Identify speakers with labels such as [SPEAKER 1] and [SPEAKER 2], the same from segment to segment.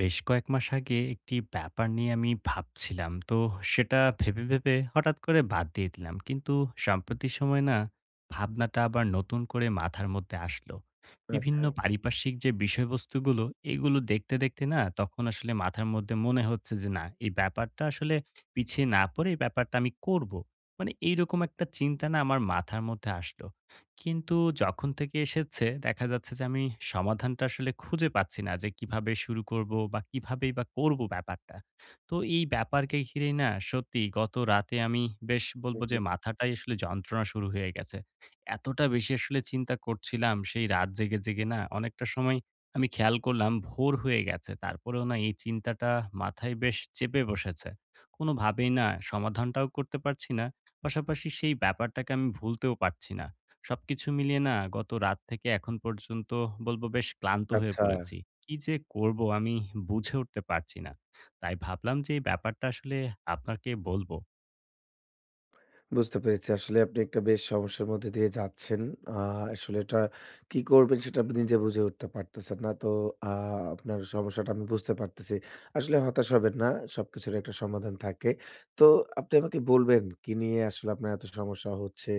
[SPEAKER 1] বেশ কয়েক মাস আগে একটি ব্যাপার নিয়ে আমি ভাবছিলাম। তো সেটা ভেবে, ভেবে হঠাৎ করে বাদ দিয়ে দিলাম। কিন্তু সাম্প্রতিক সময় না ভাবনাটা আবার নতুন করে মাথার মধ্যে আসলো।
[SPEAKER 2] আচ্ছা।
[SPEAKER 1] বিভিন্ন পারিপার্শ্বিক যে বিষয়বস্তুগুলো, এগুলো দেখতে, দেখতে না তখন আসলে মাথার মধ্যে মনে হচ্ছে যে না, এই ব্যাপারটা আসলে পিছিয়ে না পড়ে এই ব্যাপারটা আমি করব। মানে এইরকম একটা চিন্তা না আমার মাথার মধ্যে আসলো। কিন্তু যখন থেকে এসেছে দেখা যাচ্ছে যে আমি সমাধানটা আসলে খুঁজে পাচ্ছি না যে কিভাবে শুরু করব বা কিভাবেই বা করব ব্যাপারটা। তো এই ব্যাপারকে ঘিরেই না সত্যি গত রাতে আমি বেশ
[SPEAKER 2] হু,
[SPEAKER 1] বলব
[SPEAKER 2] হু।
[SPEAKER 1] যে মাথাটাই আসলে যন্ত্রণা শুরু হয়ে গেছে। এতটা বেশি আসলে চিন্তা করছিলাম সেই রাত জেগে, জেগে না অনেকটা সময় আমি খেয়াল করলাম ভোর হয়ে গেছে। তারপরেও না এই চিন্তাটা মাথায় বেশ চেপে বসেছে। কোনোভাবেই না সমাধানটাও করতে পারছি না। পাশাপাশি সেই ব্যাপারটাকে আমি ভুলতেও পারছি না। সবকিছু মিলিয়ে না গত রাত থেকে এখন পর্যন্ত বলবো বেশ ক্লান্ত হয়ে
[SPEAKER 2] আচ্ছা।
[SPEAKER 1] পড়েছি। কি যে করব আমি বুঝে উঠতে পারছি না। তাই ভাবলাম যে এই ব্যাপারটা আসলে আপনাকে বলব।
[SPEAKER 2] বুঝতে পেরেছি। আসলে আপনি একটা বেশ সমস্যার মধ্যে দিয়ে যাচ্ছেন। আ আসলে এটা কি করবেন সেটা আপনি নিজে বুঝে উঠতে পারতেছেন না। তো আ আপনার সমস্যাটা আমি বুঝতে পারতেছি। আসলে হতাশ হবেন না। সবকিছুর একটা সমাধান থাকে। তো আপনি আমাকে বলবেন কি নিয়ে আসলে আপনার এত সমস্যা হচ্ছে?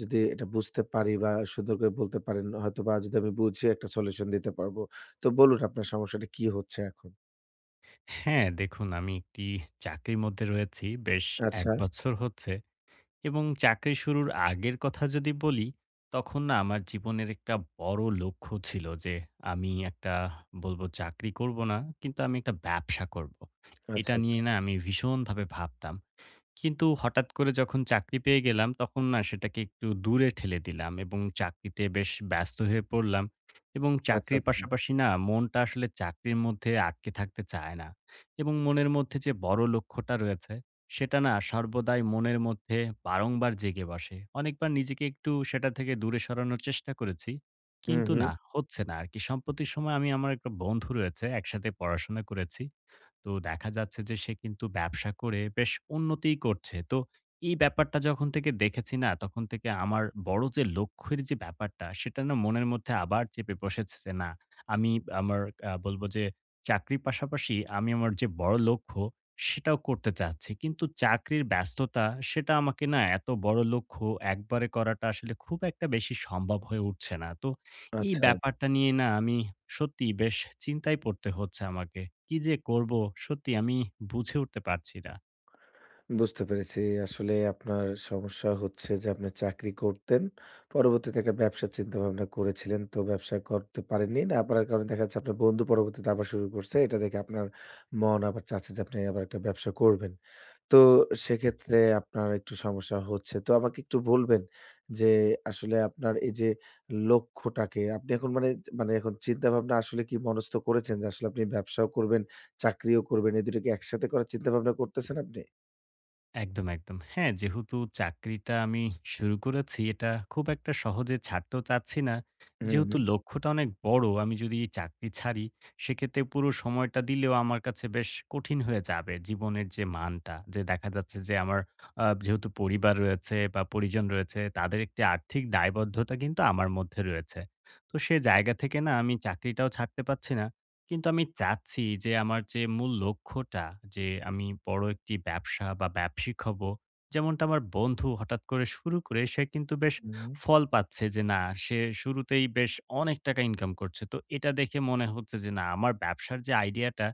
[SPEAKER 2] যদি এটা বুঝতে পারি বা সুন্দর করে বলতে পারেন হয়তোবা যদি আমি বুঝে একটা সলিউশন দিতে পারবো। তো বলুন আপনার সমস্যাটা কি হচ্ছে এখন?
[SPEAKER 1] হ্যাঁ, দেখুন আমি একটি চাকরির মধ্যে রয়েছি বেশ ১
[SPEAKER 2] আচ্ছা,
[SPEAKER 1] বছর হচ্ছে। এবং চাকরি শুরুর আগের কথা যদি বলি, তখন না আমার জীবনের একটা বড় লক্ষ্য ছিল যে আমি একটা বলব চাকরি করব না, কিন্তু আমি একটা ব্যবসা করব।
[SPEAKER 2] আচ্ছা,
[SPEAKER 1] এটা
[SPEAKER 2] আচ্ছা,
[SPEAKER 1] নিয়ে না আমি ভীষণভাবে ভাবতাম। কিন্তু হঠাৎ করে যখন চাকরি পেয়ে গেলাম, তখন না সেটাকে একটু দূরে ঠেলে দিলাম এবং চাকরিতে বেশ ব্যস্ত হয়ে পড়লাম। এবং
[SPEAKER 2] আচ্ছা,
[SPEAKER 1] চাকরির
[SPEAKER 2] আচ্ছা।
[SPEAKER 1] পাশাপাশি না মনটা আসলে চাকরির মধ্যে আটকে থাকতে চায় না। এবং মনের মধ্যে যে বড় লক্ষ্যটা রয়েছে, সেটা না সর্বদাই মনের মধ্যে বারংবার জেগে বসে। অনেকবার নিজেকে একটু সেটা থেকে দূরে সরানোর চেষ্টা করেছি।
[SPEAKER 2] হু,
[SPEAKER 1] কিন্তু
[SPEAKER 2] হু।
[SPEAKER 1] না, হচ্ছে না আরকি। সম্প্রতি সময় আমি আমার একটা বন্ধু রয়েছে, একসাথে পড়াশোনা করেছি। তো দেখা যাচ্ছে যে সে কিন্তু ব্যবসা করে বেশ উন্নতিই করছে। তো এই ব্যাপারটা যখন থেকে দেখেছি না, তখন থেকে আমার বড় যে লক্ষ্যের যে ব্যাপারটা, সেটা না মনের মধ্যে আবার চেপে বসেছে যে না, আমি আমার বলব যে চাকরির পাশাপাশি আমি আমার যে বড় লক্ষ্য, সেটাও করতে চাচ্ছি। কিন্তু চাকরির ব্যস্ততা, সেটা আমাকে না এত বড় লক্ষ্য একবারে করাটা আসলে খুব একটা বেশি সম্ভব হয়ে উঠছে না। তো এই
[SPEAKER 2] আচ্ছা।
[SPEAKER 1] ব্যাপারটা নিয়ে না আমি সত্যিই বেশ চিন্তায় পড়তে হচ্ছে আমাকে। কি যে করব সত্যি আমি বুঝে উঠতে পারছি না।
[SPEAKER 2] বুঝতে পেরেছি। আসলে আপনার সমস্যা হচ্ছে যে আপনি চাকরি করতেন। পরবর্তীতে একটা ব্যবসার চিন্তাভাবনা করেছিলেন। তো ব্যবসা করতে পারেননি। না পারার কারণে দেখা যাচ্ছে আপনার বন্ধু পরবর্তীতে আবার শুরু করছে। এটা দেখে আপনার মন আবার চাচ্ছে যে আপনি আবার একটা ব্যবসা করবেন। তো সেক্ষেত্রে আপনার একটু সমস্যা হচ্ছে। তো আমাকে একটু বলবেন যে আসলে আপনার এই যে লক্ষ্যটাকে আপনি এখন মানে, মানে এখন চিন্তাভাবনা আসলে কি মনস্থ করেছেন যে আসলে আপনি ব্যবসাও করবেন, চাকরিও করবেন। এই ২ টা কি একসাথে করার চিন্তাভাবনা করতেছেন আপনি?
[SPEAKER 1] একদম, একদম। হ্যাঁ, যেহেতু চাকরিটা আমি শুরু করেছি এটা খুব একটা সহজে ছাড়তেও চাচ্ছি না।
[SPEAKER 2] হুম,
[SPEAKER 1] যেহেতু
[SPEAKER 2] হুম।
[SPEAKER 1] লক্ষ্যটা অনেক বড়, আমি যদি এই চাকরি ছাড়ি সেক্ষেত্রে পুরো সময়টা দিলেও আমার কাছে বেশ কঠিন হয়ে যাবে। জীবনের যে মানটা যে দেখা যাচ্ছে যে আমার যেহেতু পরিবার রয়েছে বা পরিজন রয়েছে, তাদের একটি আর্থিক দায়বদ্ধতা কিন্তু আমার মধ্যে রয়েছে। তো সে জায়গা থেকে না আমি চাকরিটাও ছাড়তে পারছি না। কিন্তু আমি চাচ্ছি যে আমার যে মূল লক্ষ্যটা, যে আমি বড় একটি ব্যবসা বা ব্যবসায়িক হব, যেমনটা আমার বন্ধু হঠাৎ করে শুরু করে সে কিন্তু বেশ
[SPEAKER 2] হুম,
[SPEAKER 1] ফল পাচ্ছে, যে না সে শুরুতেই বেশ অনেক টাকা ইনকাম করছে। তো এটা দেখে মনে হচ্ছে যে না, আমার ব্যবসার যে আইডিয়াটা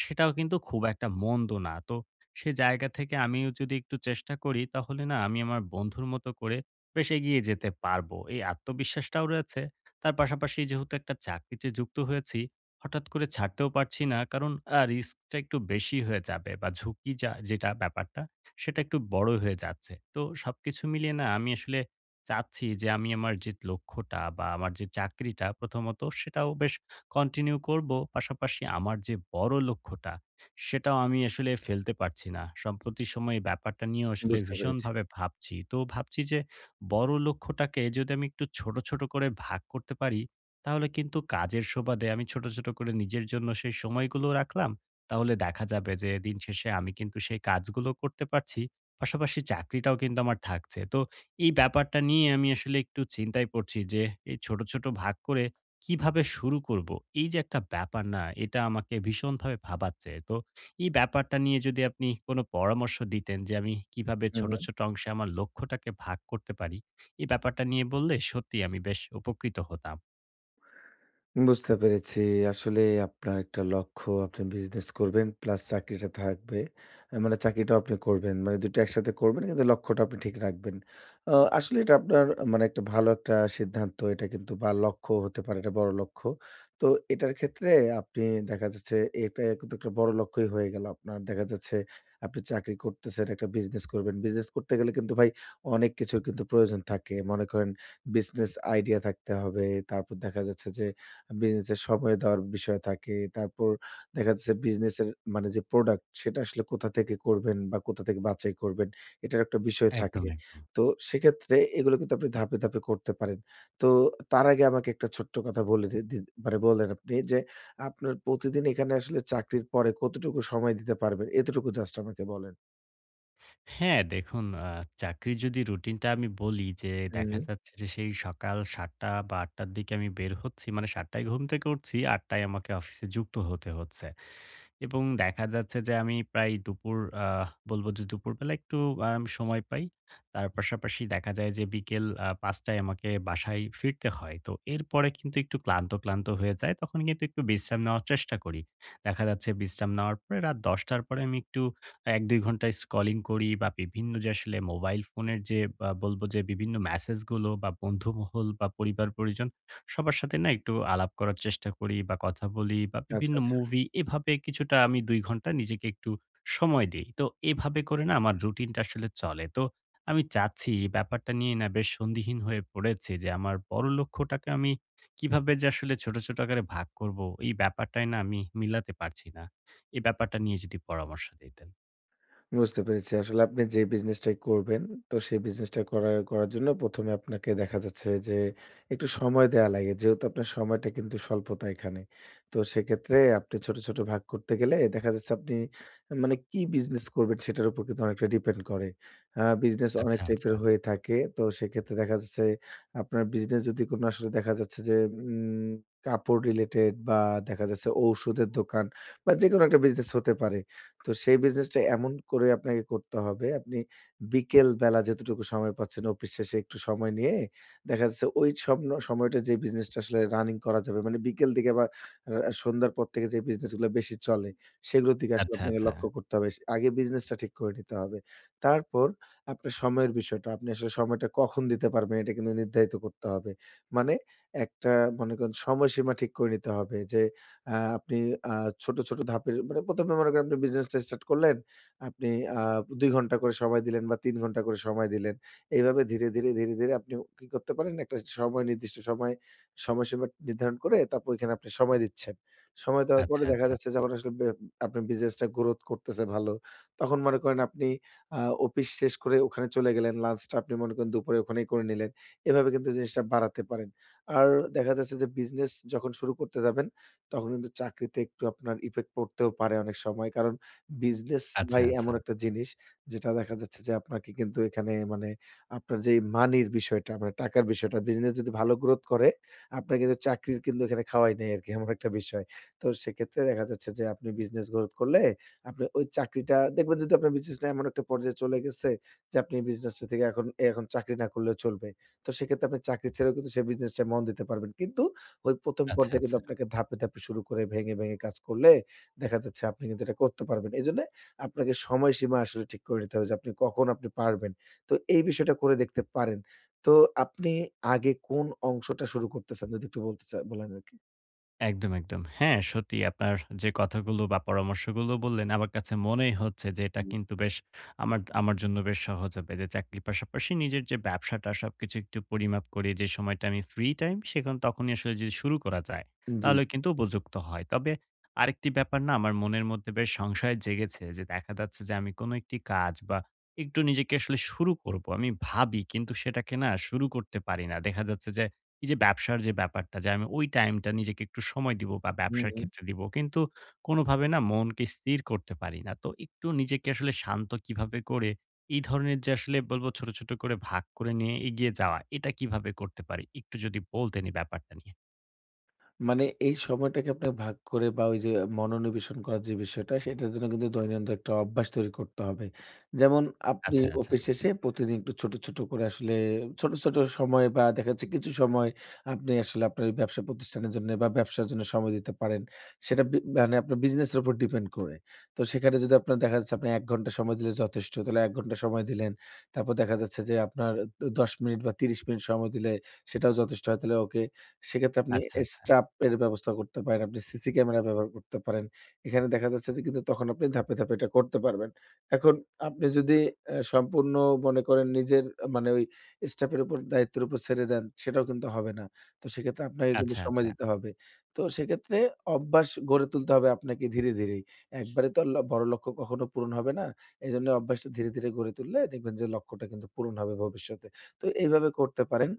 [SPEAKER 1] সেটাও কিন্তু খুব একটা মন্দ না। তো সে জায়গা থেকে আমিও যদি একটু চেষ্টা করি, তাহলে না আমি আমার বন্ধুর মতো করে বেশ এগিয়ে যেতে পারবো, এই আত্মবিশ্বাসটাও রয়েছে। তার পাশাপাশি যেহেতু একটা চাকরিতে যুক্ত হয়েছি, হঠাৎ করে ছাড়তেও পারছি না। কারণ রিস্কটা একটু বেশি হয়ে যাবে বা ঝুঁকি যেটা ব্যাপারটা, সেটা একটু বড় হয়ে যাচ্ছে। তো সবকিছু মিলিয়ে না আমি আসলে চাচ্ছি যে আমি আমার যে লক্ষ্যটা বা আমার যে চাকরিটা প্রথমত সেটাও বেশ কন্টিনিউ করব। পাশাপাশি আমার যে বড় লক্ষ্যটা, সেটাও আমি আসলে ফেলতে পারছি না। সম্প্রতি সময়ে ব্যাপারটা নিয়েও আসলে
[SPEAKER 2] বুঝতে পেরেছি।
[SPEAKER 1] ভীষণভাবে ভাবছি। তো ভাবছি যে বড় লক্ষ্যটাকে যদি আমি একটু ছোট, ছোট করে ভাগ করতে পারি, তাহলে কিন্তু কাজের সুবাদে আমি ছোট, ছোট করে নিজের জন্য সেই সময়গুলো রাখলাম। তাহলে দেখা যাবে যে দিন শেষে আমি কিন্তু সেই কাজগুলো করতে পারছি। পাশাপাশি চাকরিটাও কিন্তু আমার থাকছে। তো এই ব্যাপারটা নিয়ে আমি আসলে একটু চিন্তায় পড়ছি যে এই ছোট, ছোট ভাগ করে কিভাবে শুরু করব? এই যে একটা ব্যাপার না, এটা আমাকে ভীষণভাবে ভাবাচ্ছে। তো এই ব্যাপারটা নিয়ে যদি আপনি কোনো পরামর্শ দিতেন যে আমি কিভাবে
[SPEAKER 2] হু,
[SPEAKER 1] ছোট,
[SPEAKER 2] হু।
[SPEAKER 1] ছোট অংশে আমার লক্ষ্যটাকে ভাগ করতে পারি? এই ব্যাপারটা নিয়ে বললে সত্যিই আমি বেশ উপকৃত হতাম।
[SPEAKER 2] বুঝতে পেরেছি। আসলে আপনার একটা লক্ষ্য, আপনি বিজনেস করবেন প্লাস চাকরিটা থাকবে। মানে চাকরিটাও আপনি করবেন। মানে ২ টা একসাথে করবেন কিন্তু লক্ষ্যটা আপনি ঠিক রাখবেন। আ আসলে এটা আপনার মানে একটা ভালো একটা সিদ্ধান্ত। এটা কিন্তু বা লক্ষ্য হতে পারে, এটা বড় লক্ষ্য। তো এটার ক্ষেত্রে আপনি দেখা যাচ্ছে এটা কিন্তু একটা বড় লক্ষ্যই হয়ে গেল আপনার। দেখা যাচ্ছে আপনি চাকরি করতেছেন, একটা বিজনেস করবেন। বিজনেস করতে গেলে কিন্তু ভাই অনেক কিছুর কিন্তু প্রয়োজন থাকে। মনে করেন বিজনেস আইডিয়া থাকতে হবে। তারপর দেখা যাচ্ছে যে বিজনেসের সময় দেওয়ার বিষয় থাকে। তারপর দেখা যাচ্ছে বিজনেসের মানে যে প্রোডাক্ট সেটা আসলে কোথা থেকে করবেন বা কোথা থেকে বাছাই করবেন এটার একটা বিষয়
[SPEAKER 1] একদম,
[SPEAKER 2] থাকে।
[SPEAKER 1] একদম।
[SPEAKER 2] তো সেক্ষেত্রে এগুলো কিন্তু আপনি ধাপে, ধাপে করতে পারেন। তো তার আগে আমাকে একটা ছোট্ট কথা বলে দি দি মানে বললেন আপনি যে আপনার প্রতিদিন এখানে আসলে চাকরির পরে কতটুকু সময় দিতে পারবেন? এতটুকু জাস্ট আমাকে বলেন।
[SPEAKER 1] হ্যাঁ, দেখুন চাকরির যদি রুটিনটা আমি বলি, যে
[SPEAKER 2] হুম,
[SPEAKER 1] দেখা যাচ্ছে যে সেই সকাল ৭ঃ০০ বা ৮ঃ০০ র দিকে আমি বের হচ্ছি। মানে ৭ঃ০০ টায় ঘুম থেকে উঠছি, ৮ঃ০০ টায় আমাকে অফিসে যুক্ত হতে হচ্ছে। এবং দেখা যাচ্ছে যে আমি প্রায় দুপুর বলবো যে দুপুরবেলা একটু সময় পাই। তার পাশাপাশি দেখা যায় যে বিকেল ৫টায় আমাকে বাসায় ফিরতে হয়। তো এরপরে কিন্তু একটু ক্লান্ত, ক্লান্ত হয়ে যায়। তখন কিন্তু একটু বিশ্রাম নেওয়ার চেষ্টা করি। দেখা যাচ্ছে বিশ্রাম নেওয়ার পরে রাত ১০টার পরে আমি একটু ১-২ ঘন্টা স্ক্রলিং করি বা বিভিন্ন যে আসলে মোবাইল ফোনের যে বলবো যে বিভিন্ন মেসেজগুলো বা বন্ধুমহল বা পরিবার-পরিজন সবার সাথে না একটু আলাপ করার চেষ্টা করি বা কথা বলি বা
[SPEAKER 2] আচ্ছা,
[SPEAKER 1] বিভিন্ন
[SPEAKER 2] আচ্ছা।
[SPEAKER 1] মুভি, এভাবে কিছুটা আমি ২ ঘন্টা নিজেকে একটু সময় দেই। তো এভাবে করে না আমার রুটিনটা আসলে চলে। তো আমি চাচ্ছি এই ব্যাপারটা নিয়ে না বেশ সন্দিহীন হয়ে পড়েছি যে আমার বড় লক্ষ্যটাকে আমি কিভাবে যে আসলে ছোট, ছোট আকারে ভাগ করব, এই ব্যাপারটাই না আমি মিলাতে পারছি না। এই ব্যাপারটা নিয়ে যদি পরামর্শ দিতেন।
[SPEAKER 2] বুঝতে পেরেছি। আসলে আপনি যে বিজনেসটাই করবেন, তো সেই বিজনেসটা করার করার জন্য ১ম এ আপনাকে দেখা যাচ্ছে যে একটু সময় দেয়া লাগে। যেহেতু আপনার সময়টা কিন্তু স্বল্পতা এখানে। তো সেক্ষেত্রে আপনি ছোট, ছোট ভাগ করতে গেলে দেখা যাচ্ছে আপনি মানে কি বিজনেস করবেন সেটার উপর কিন্তু অনেকটা ডিপেন্ড করে। বিজনেস হুম। অনেক
[SPEAKER 1] আচ্ছা, আচ্ছা।
[SPEAKER 2] টাইপের হয়ে থাকে। তো সেক্ষেত্রে দেখা যাচ্ছে আপনার বিজনেস যদি কোনো আসলে দেখা যাচ্ছে যে উম কাপড় রিলেটেড বা দেখা যাচ্ছে ঔষুধের দোকান বা যেকোনো একটা বিজনেস হতে পারে। তো সেই বিজনেসটা এমন করে আপনাকে করতে হবে, আপনি বিকেল বেলা যেতটুকু সময় পাচ্ছেন অফিস শেষে একটু সময় নিয়ে দেখা যাচ্ছে ওই স্বপ্ন সময়টা যে বিজনেসটা আসলে রানিং করা যাবে মানে বিকেল দিকে বা সন্ধ্যার পর থেকে যে বিজনেসগুলো বেশি চলে, সেগুলোর দিকে আসলে
[SPEAKER 1] আচ্ছা,
[SPEAKER 2] আপনাকে
[SPEAKER 1] আচ্ছা।
[SPEAKER 2] লক্ষ্য করতে হবে। আগে বিজনেসটা ঠিক করে নিতে হবে। তারপর আপনার সময়ের বিষয়টা, আপনি আসলে সময়টা কখন দিতে পারবেন এটা কিন্তু নির্ধারিত করতে হবে। মানে একটা মনে করেন সময়সীমা ঠিক করে নিতে হবে যে আ আপনি আ ছোট, ছোট ধাপের মানে ১ম এ মনে করেন আপনি বিজনেসটা স্টার্ট করলেন। আপনি আ ২ ঘন্টা করে সময় দিলেন বা ৩ ঘন্টা করে সময় দিলেন। এইভাবে ধীরে, ধীরে, ধীরে, ধীরে আপনি কি করতে পারেন? একটা সময় নির্দিষ্ট সময় সময়সীমা নির্ধারণ করে তারপর ওইখানে আপনি সময় দিচ্ছেন। সময় দেওয়ার
[SPEAKER 1] আচ্ছা,
[SPEAKER 2] পরে দেখা
[SPEAKER 1] আচ্ছা।
[SPEAKER 2] যাচ্ছে যখন আসলে আপনার বিজনেসটা গ্রোথ করতেছে ভালো। তখন মনে করেন আপনি আ অফিস শেষ করে ওখানে চলে গেলেন। লাঞ্চটা আপনি মনে করেন দুপুরে ওখানেই করে নিলেন। এভাবে কিন্তু জিনিসটা বাড়াতে পারেন। আর দেখা যাচ্ছে যে বিজনেস যখন শুরু করতে যাবেন তখন কিন্তু চাকরিতে একটু আপনার ইফেক্ট পড়তেও পারে অনেক সময়। কারণ বিজনেস
[SPEAKER 1] আচ্ছা,
[SPEAKER 2] ভাই
[SPEAKER 1] আচ্ছা। আচ্ছা,
[SPEAKER 2] এমন
[SPEAKER 1] আচ্ছা।
[SPEAKER 2] একটা জিনিস যেটা দেখা যাচ্ছে যে আপনাকে কিন্তু এখানে মানে আপনার যেই মানির বিষয়টা মানে টাকার বিষয়টা বিজনেস যদি ভালো গ্রোথ করে আপনার কিন্তু চাকরির কিন্তু এখানে খাওয়াই নাই আরকি এমন একটা বিষয়। তো সেক্ষেত্রে দেখা যাচ্ছে যে আপনি বিজনেস গ্রোথ করলে আপনি ওই চাকরিটা দেখবেন যদি আপনার বিজনেসটা এমন একটা পর্যায়ে চলে গেছে যে আপনি বিজনেসটা থেকে এখন এখন চাকরি না করলেও চলবে। তো সেক্ষেত্রে আপনি চাকরি ছেড়েও কিন্তু সেই বিজনেসটায় মন দিতে পারবেন। কিন্তু ওই ১ম
[SPEAKER 1] আচ্ছা,
[SPEAKER 2] পর্যায়ে কিন্তু
[SPEAKER 1] আচ্ছা।
[SPEAKER 2] আপনাকে ধাপে, ধাপে শুরু করে ভেঙে, ভেঙে কাজ করলে দেখা যাচ্ছে আপনি কিন্তু এটা করতে পারবেন। এজন্যে আপনাকে সময়সীমা আসলে ঠিক করে নিতে হবে যে আপনি কখন আপনি পারবেন। তো এই বিষয়টা করে দেখতে পারেন। তো আপনি আগে কোন অংশটা শুরু করতেছেন যদি একটু বলতে বলেন আরকি?
[SPEAKER 1] একদম, একদম। হ্যাঁ, সত্যিই আপনার যে কথাগুলো বা পরামর্শগুলো বললেন, আমার কাছে মনেই হচ্ছে যে এটা
[SPEAKER 2] হুম।
[SPEAKER 1] কিন্তু বেশ আমার আমার জন্য বেশ সহজ হবে। যে চাকরির পাশাপাশি নিজের যে ব্যবসাটা, সবকিছু একটু পরিমাপ করে যে সময়টা আমি ফ্রি টাইম সেখন তখনই আসলে যদি শুরু করা যায়,
[SPEAKER 2] জি,
[SPEAKER 1] তাহলে
[SPEAKER 2] জি।
[SPEAKER 1] কিন্তু উপযুক্ত হয়। তবে আরেকটি ব্যাপার না আমার মনের মধ্যে বেশ সংশয় জেগেছে যে দেখা যাচ্ছে যে আমি কোনো একটি কাজ বা একটু নিজেকে আসলে শুরু করব। আমি ভাবি কিন্তু সেটাকে না শুরু করতে পারি না। দেখা যাচ্ছে যে এই যে ব্যবসার যে ব্যাপারটা, যে আমি ওই টাইমটা নিজেকে একটু সময় দিব বা
[SPEAKER 2] হুম,
[SPEAKER 1] ব্যবসার
[SPEAKER 2] হুম।
[SPEAKER 1] ক্ষেত্রে দিব। কিন্তু কোনোভাবে না মনকে স্থির করতে পারি না। তো একটু নিজেকে আসলে শান্ত কিভাবে করে এই ধরনের যে আসলে বলবো ছোট, ছোট করে ভাগ করে নিয়ে এগিয়ে যাওয়া, এটা কিভাবে করতে পারি? একটু যদি বলতেন এই ব্যাপারটা নিয়ে।
[SPEAKER 2] মানে এই সময়টাকে আপনার ভাগ করে বা ওই যে মনোনিবেশন করার যে বিষয়টা সেটার জন্য কিন্তু দৈনন্দিন একটা অভ্যাস তৈরি করতে হবে। যেমন আপনি
[SPEAKER 1] আচ্ছা, আচ্ছা,
[SPEAKER 2] অফিস শেষে প্রতিদিন একটু ছোট, ছোট করে আসলে ছোট, ছোট সময় বা দেখা যাচ্ছে কিছু সময় আপনি আসলে আপনার ওই ব্যবসা প্রতিষ্ঠানের জন্য বা ব্যবসার জন্য সময় দিতে পারেন। সেটা মানে আপনার বিজনেস এর উপর ডিপেন্ড করে। তো সেখানে যদি আপনার দেখা যাচ্ছে আপনি ১ ঘন্টা সময় দিলে যথেষ্ট। তাহলে ১ ঘন্টা সময় দিলেন। তারপর দেখা যাচ্ছে যে আপনার ১০ মিনিট বা ৩০ মিনিট সময় দিলে সেটাও যথেষ্ট হয়। তাহলে ওকে সেক্ষেত্রে আপনি
[SPEAKER 1] আচ্ছা, আচ্ছা,
[SPEAKER 2] স্টাফ এর ব্যবস্থা করতে পারেন। আপনি সিসি ক্যামেরা ব্যবহার করতে পারেন। এখানে দেখা যাচ্ছে যে কিন্তু তখন আপনি ধাপে, ধাপে এটা করতে পারবেন। এখন আপনি যদি সম্পূর্ণ মনে করেন নিজের মানে ওই স্টাফ এর উপর দায়িত্বের উপর ছেড়ে দেন, সেটাও কিন্তু হবে না। তো সেক্ষেত্রে আপনাকে কিন্তু
[SPEAKER 1] আচ্ছা,
[SPEAKER 2] সময়
[SPEAKER 1] আচ্ছা।
[SPEAKER 2] দিতে হবে। তো সেক্ষেত্রে অভ্যাস গড়ে তুলতে হবে আপনাকে ধীরে, ধীরেই। একবারে তো আর বড় লক্ষ্য কখনো পূরণ হবে না। এজন্য অভ্যাসটা ধীরে, ধীরে গড়ে তুললে দেখবেন যে লক্ষ্যটা কিন্তু পূরণ হবে ভবিষ্যতে। তো এইভাবে করতে পারেন।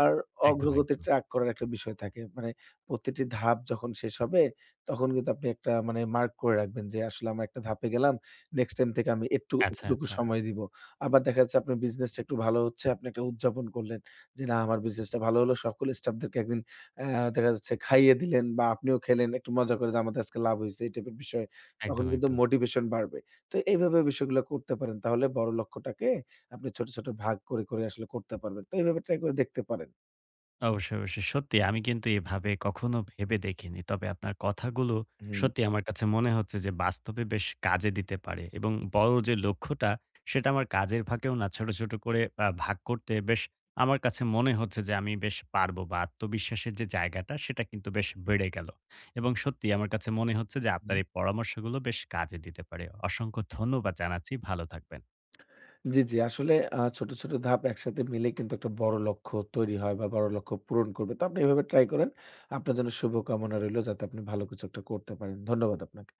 [SPEAKER 2] আর
[SPEAKER 1] একদম,
[SPEAKER 2] অগ্রগতি
[SPEAKER 1] একদম।
[SPEAKER 2] ট্র্যাক করার একটা বিষয় থাকে। মানে প্রতিটি ধাপ যখন শেষ হবে, তখন কিন্তু আপনি একটা মানে মার্ক করে রাখবেন যে আসলে আমরা একটা ধাপে গেলাম। নেক্সট টাইম থেকে আমি একটু
[SPEAKER 1] আচ্ছা,
[SPEAKER 2] এতটুকু
[SPEAKER 1] আচ্ছা।
[SPEAKER 2] সময় দিব। আবার দেখা যাচ্ছে আপনার বিজনেসটা একটু ভালো হচ্ছে, আপনি একটা উদযাপন করলেন যে না আমার বিজনেসটা ভালো হলো। সকল স্টাফদেরকে একদিন দেখা যাচ্ছে খাইয়ে দিলেন বা আপনিও খেলেন একটু মজা করে যে আমাদের আজকে লাভ হইছে এই টাইপের বিষয়। তখন
[SPEAKER 1] একদম,
[SPEAKER 2] কিন্তু
[SPEAKER 1] একদম।
[SPEAKER 2] মোটিভেশন বাড়বে। তো এইভাবে বিষয়গুলো করতে পারেন। তাহলে বড় লক্ষ্যটাকে আপনি ছোট, ছোট ভাগ করে, করে আসলে করতে পারবেন। তো এভাবে ট্রাই করে দেখতে পারেন।
[SPEAKER 1] অবশ্যই, অবশ্যই। সত্যি আমি কিন্তু এভাবে কখনো ভেবে দেখিনি। তবে আপনার কথাগুলো
[SPEAKER 2] হুম,
[SPEAKER 1] সত্যি আমার কাছে মনে হচ্ছে যে বাস্তবে বেশ কাজে দিতে পারে, এবং বড় যে লক্ষ্যটা সেটা আমার কাজের ফাঁকেও না ছোট, ছোট করে ভাগ করতে, বেশ আমার কাছে মনে হচ্ছে যে আমি বেশ পারবো বা আত্মবিশ্বাসের যে জায়গাটা সেটা কিন্তু বেশ বেড়ে গেল। এবং সত্যি আমার কাছে মনে হচ্ছে যে
[SPEAKER 2] হুম।
[SPEAKER 1] আপনার এই পরামর্শগুলো বেশ কাজে দিতে পারে। অসংখ্য ধন্যবাদ জানাচ্ছি। ভালো থাকবেন।
[SPEAKER 2] জি, জি। আসলে ছোট, ছোট ধাপ একসাথে মিলে কিন্তু একটা বড় লক্ষ্য তৈরি হয় বা বড় লক্ষ্য পূরণ করবে। তো আপনি এভাবে ট্রাই করেন। আপনার জন্য শুভকামনা রইলো যাতে আপনি ভালো কিছু একটা করতে পারেন। ধন্যবাদ আপনাকে।